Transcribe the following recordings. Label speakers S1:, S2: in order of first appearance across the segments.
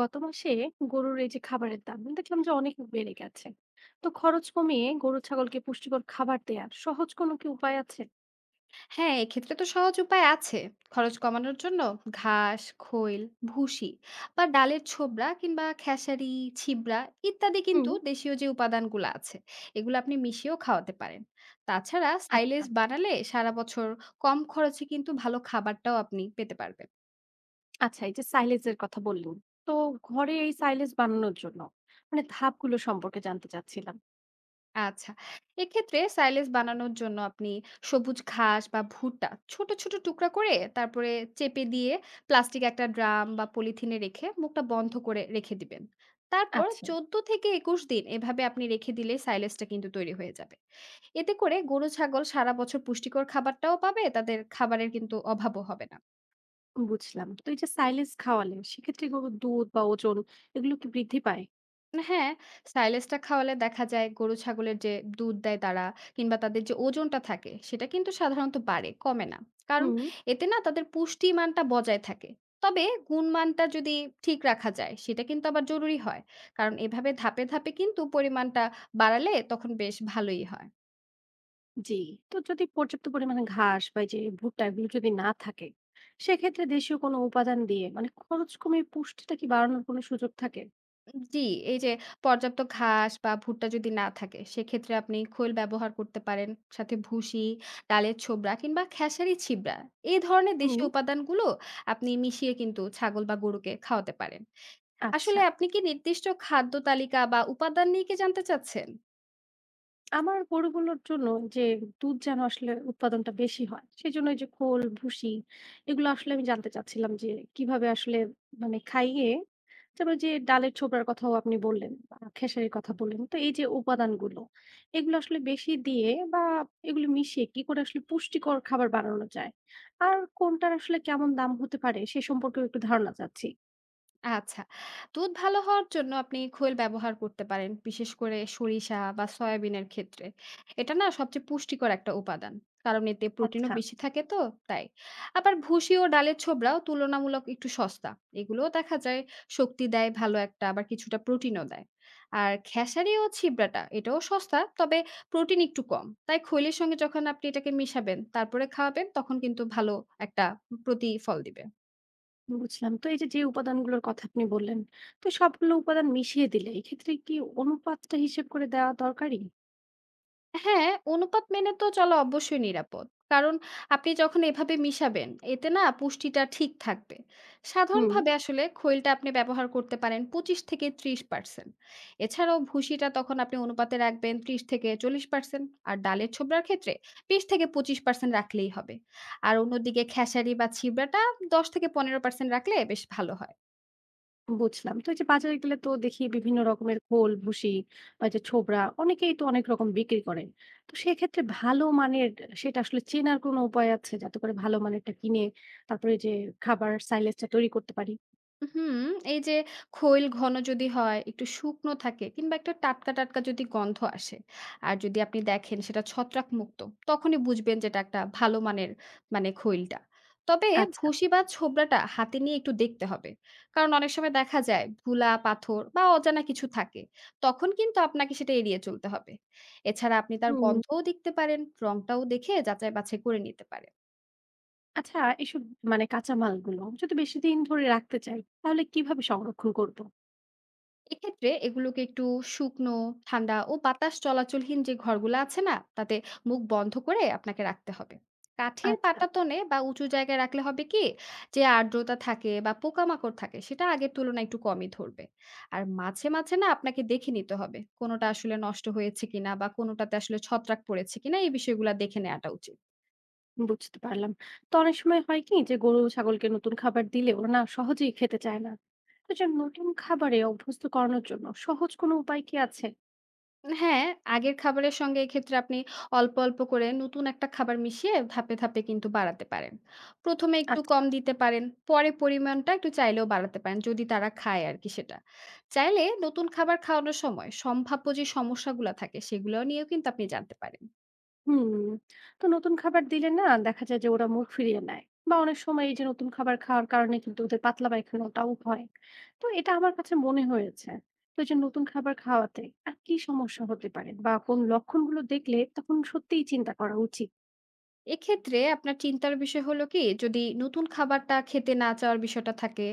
S1: গত মাসে গরুর এই যে খাবারের দাম দেখলাম যে অনেক বেড়ে গেছে। তো খরচ কমিয়ে গরু ছাগলকে পুষ্টিকর খাবার দেওয়ার সহজ কোনো কি উপায় আছে?
S2: হ্যাঁ, এক্ষেত্রে তো সহজ উপায় আছে। খরচ কমানোর জন্য ঘাস, খৈল, ভুসি বা ডালের ছোবড়া কিংবা খেসারি, ছিবড়া ইত্যাদি
S1: হুম।
S2: কিন্তু দেশীয় যে উপাদানগুলো আছে, এগুলো আপনি মিশিয়েও খাওয়াতে পারেন। তাছাড়া
S1: আচ্ছা।
S2: সাইলেজ বানালে সারা বছর কম খরচে কিন্তু ভালো খাবারটাও আপনি পেতে পারবেন।
S1: আচ্ছা, এই যে সাইলেজের কথা বললেন, তো ঘরে এই সাইলেজ বানানোর জন্য মানে ধাপগুলো সম্পর্কে জানতে চাচ্ছিলাম।
S2: আচ্ছা। এক্ষেত্রে সাইলেজ বানানোর জন্য আপনি সবুজ ঘাস বা ভুট্টা ছোট, ছোট টুকরা করে তারপরে চেপে দিয়ে প্লাস্টিক একটা ড্রাম বা পলিথিনে রেখে মুখটা বন্ধ করে রেখে দিবেন। তারপর
S1: আচ্ছা।
S2: ১৪ থেকে ২১ দিন এভাবে আপনি রেখে দিলে সাইলেজটা কিন্তু তৈরি হয়ে যাবে। এতে করে গরু ছাগল সারা বছর পুষ্টিকর খাবারটাও পাবে, তাদের খাবারের কিন্তু অভাবও হবে না।
S1: বুঝলাম। তো এই যে সাইলেজ খাওয়ালে সেক্ষেত্রে গরুর দুধ বা ওজন এগুলো কি বৃদ্ধি পায়?
S2: হ্যাঁ, সাইলেজটা খাওয়ালে দেখা যায় গরু ছাগলের যে দুধ দেয় তারা কিংবা তাদের যে ওজনটা থাকে সেটা কিন্তু সাধারণত বাড়ে, কমে না। কারণ
S1: হুম।
S2: এতে না তাদের পুষ্টিমানটা বজায় থাকে। তবে গুণমানটা যদি ঠিক রাখা যায় সেটা কিন্তু আবার জরুরি হয়। কারণ এভাবে ধাপে, ধাপে কিন্তু পরিমাণটা বাড়ালে তখন বেশ ভালোই হয়।
S1: জি। তো যদি পর্যাপ্ত পরিমাণে ঘাস বা এই যে ভুট্টা এগুলো যদি না থাকে, সেক্ষেত্রে দেশীয় কোনো উপাদান দিয়ে মানে খরচ কমিয়ে পুষ্টিটা কি বাড়ানোর কোনো সুযোগ থাকে?
S2: জি, এই যে পর্যাপ্ত ঘাস বা ভুট্টা যদি না থাকে সেক্ষেত্রে আপনি খৈল ব্যবহার করতে পারেন। সাথে ভুসি, ডালের ছোবড়া কিংবা খেসারি ছিবড়া এই ধরনের
S1: হুম।
S2: দেশীয় উপাদানগুলো আপনি মিশিয়ে কিন্তু ছাগল বা গরুকে খাওয়াতে পারেন।
S1: আচ্ছা।
S2: আসলে আপনি কি নির্দিষ্ট খাদ্য তালিকা বা উপাদান নিয়ে কি জানতে চাচ্ছেন?
S1: আমার গরুগুলোর জন্য, যে দুধ যেন আসলে উৎপাদনটা বেশি হয় সেজন্য এই যে খোল ভুসি এগুলো আসলে আমি জানতে চাচ্ছিলাম যে কিভাবে আসলে মানে খাইয়ে, তারপর যে ডালের ছোবড়ার কথাও আপনি বললেন বা খেসারির কথা বললেন, তো এই যে উপাদানগুলো এগুলো আসলে বেশি দিয়ে বা এগুলো মিশিয়ে কি করে আসলে পুষ্টিকর খাবার বানানো যায়, আর কোনটার আসলে কেমন দাম হতে পারে সে সম্পর্কে একটু ধারণা চাচ্ছি।
S2: আচ্ছা। দুধ ভালো হওয়ার জন্য আপনি খৈল ব্যবহার করতে পারেন, বিশেষ করে সরিষা বা সয়াবিনের ক্ষেত্রে। এটা না সবচেয়ে পুষ্টিকর একটা উপাদান। কারণ এতে প্রোটিনও
S1: আচ্ছা।
S2: বেশি থাকে তো, তাই। আবার ভুসি ও ডালের ছোবড়াও তুলনামূলক একটু সস্তা। এগুলোও দেখা যায় শক্তি দেয় ভালো একটা, আবার কিছুটা প্রোটিনও দেয়। আর খেসারি ও ছিবড়াটা, এটাও সস্তা, তবে প্রোটিন একটু কম। তাই খৈলের সঙ্গে যখন আপনি এটাকে মিশাবেন, তারপরে খাওয়াবেন, তখন কিন্তু ভালো একটা প্রতিফল দিবে।
S1: বুঝলাম। তো এই যে, যে উপাদানগুলোর কথা আপনি বললেন, তো সবগুলো উপাদান মিশিয়ে দিলে এক্ষেত্রে কি অনুপাতটা হিসেব করে দেওয়া দরকারি?
S2: হ্যাঁ, অনুপাত মেনে তো চলা অবশ্যই নিরাপদ। কারণ আপনি যখন এভাবে মিশাবেন, এতে না পুষ্টিটা ঠিক থাকবে।
S1: হুম।
S2: সাধারণভাবে আসলে খৈলটা আপনি ব্যবহার করতে পারেন 25-30%। এছাড়াও ভুসিটা তখন আপনি অনুপাতে রাখবেন 30-40%। আর ডালের ছোবড়ার ক্ষেত্রে 20-25% রাখলেই হবে। আর অন্যদিকে খেসারি বা ছিবড়াটা 10-15% রাখলে বেশ ভালো হয়।
S1: বুঝলাম। তো এই যে, বাজারে গেলে তো দেখি বিভিন্ন রকমের খোল, ভুসি বা এই যে, ছোবড়া অনেকেই তো অনেক রকম বিক্রি করেন। তো সেক্ষেত্রে ভালো মানের সেটা আসলে চেনার কোনো উপায় আছে? যাতে করে ভালো মানেরটা কিনে তারপরে এই যে, খাবার সাইলেজটা তৈরি করতে পারি?
S2: হুম, এই যে খৈল ঘন যদি হয়, একটু শুকনো থাকে কিংবা একটা টাটকা, টাটকা যদি গন্ধ আসে আর যদি আপনি দেখেন সেটা ছত্রাকমুক্ত, তখনই বুঝবেন যে এটা একটা ভালো মানের মানে খৈলটা। তবে
S1: আচ্ছা।
S2: ভুসি বা ছোবড়াটা হাতে নিয়ে একটু দেখতে হবে। কারণ অনেক সময় দেখা যায় ধুলা, পাথর বা অজানা কিছু থাকে। তখন কিন্তু আপনাকে সেটা এড়িয়ে চলতে হবে। এছাড়া আপনি তার
S1: হুম।
S2: গন্ধও দেখতে পারেন, রংটাও দেখে যাচাই বাছাই করে নিতে পারেন।
S1: আচ্ছা, এসব মানে কাঁচামালগুলো যদি বেশি দিন ধরে রাখতে চাই তাহলে কিভাবে সংরক্ষণ করব?
S2: এক্ষেত্রে এগুলোকে একটু শুকনো, ঠান্ডা ও বাতাস চলাচলহীন যে ঘরগুলো আছে না, তাতে মুখ বন্ধ করে আপনাকে রাখতে হবে। কাঠের
S1: আচ্ছা।
S2: পাটাতনে বা উঁচু জায়গায় রাখলে হবে কি, যে আর্দ্রতা থাকে বা পোকামাকড় থাকে সেটা আগের তুলনায় একটু কমই ধরবে। আর মাঝে, মাঝে না আপনাকে দেখে নিতে হবে কোনোটা আসলে নষ্ট হয়েছে কিনা বা কোনোটাতে আসলে ছত্রাক পড়েছে কিনা এই বিষয়গুলা দেখে নেয়াটা উচিত।
S1: বুঝতে পারলাম। তো অনেক সময় হয় কি যে গরু ছাগলকে নতুন খাবার দিলে ওরা না সহজেই খেতে চায় না। তো যে নতুন খাবারে অভ্যস্ত করানোর জন্য সহজ কোনো উপায় কি আছে?
S2: হ্যাঁ, আগের খাবারের সঙ্গে এক্ষেত্রে আপনি অল্প, অল্প করে নতুন একটা খাবার মিশিয়ে ধাপে, ধাপে কিন্তু বাড়াতে পারেন। ১ম এ একটু
S1: আচ্ছা।
S2: কম দিতে পারেন, পরে পরিমাণটা একটু চাইলেও বাড়াতে পারেন যদি তারা খায় আরকি সেটা। চাইলে নতুন খাবার খাওয়ানোর সময় সম্ভাব্য যে সমস্যাগুলা থাকে সেগুলাও নিয়েও কিন্তু আপনি জানতে পারেন।
S1: হুম। তো নতুন খাবার দিলে না দেখা যায় যে ওরা মুখ ফিরিয়ে নেয়। বা অনেক সময় এই যে নতুন খাবার খাওয়ার কারণে কিন্তু ওদের পাতলা পায়খানাটাও হয়। তো এটা আমার কাছে মনে হয়েছে। তো এই যে নতুন খাবার খাওয়াতে আর কি সমস্যা হতে পারে? বা কোন লক্ষণগুলো দেখলে তখন সত্যিই চিন্তা করা উচিত?
S2: এক্ষেত্রে আপনার চিন্তার বিষয় হলো কি যদি নতুন খাবারটা খেতে না চাওয়ার বিষয়টা থাকে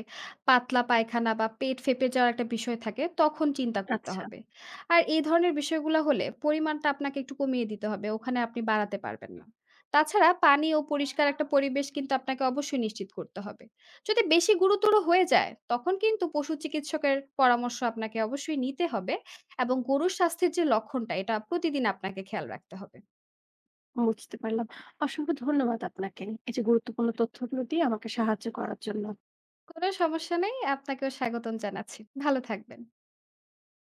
S2: পাতলা পায়খানা বা পেট ফেঁপে যাওয়ার একটা বিষয় থাকে তখন চিন্তা করতে
S1: আচ্ছা।
S2: হবে। আর এই ধরনের বিষয়গুলো হলে পরিমাণটা আপনাকে একটু কমিয়ে দিতে হবে, ওখানে আপনি বাড়াতে পারবেন না। তাছাড়া পানি ও পরিষ্কার একটা পরিবেশ কিন্তু আপনাকে অবশ্যই নিশ্চিত করতে হবে। যদি বেশি গুরুতর হয়ে যায় তখন কিন্তু পশু চিকিৎসকের পরামর্শ আপনাকে অবশ্যই নিতে হবে এবং গরুর স্বাস্থ্যের যে লক্ষণটা এটা প্রতিদিন আপনাকে খেয়াল রাখতে হবে।
S1: বুঝতে পারলাম। অসংখ্য ধন্যবাদ আপনাকে। এই যে গুরুত্বপূর্ণ তথ্যগুলো দিয়ে আমাকে সাহায্য করার জন্য।
S2: কোনো সমস্যা নেই। আপনাকেও স্বাগতম জানাচ্ছি। ভালো থাকবেন।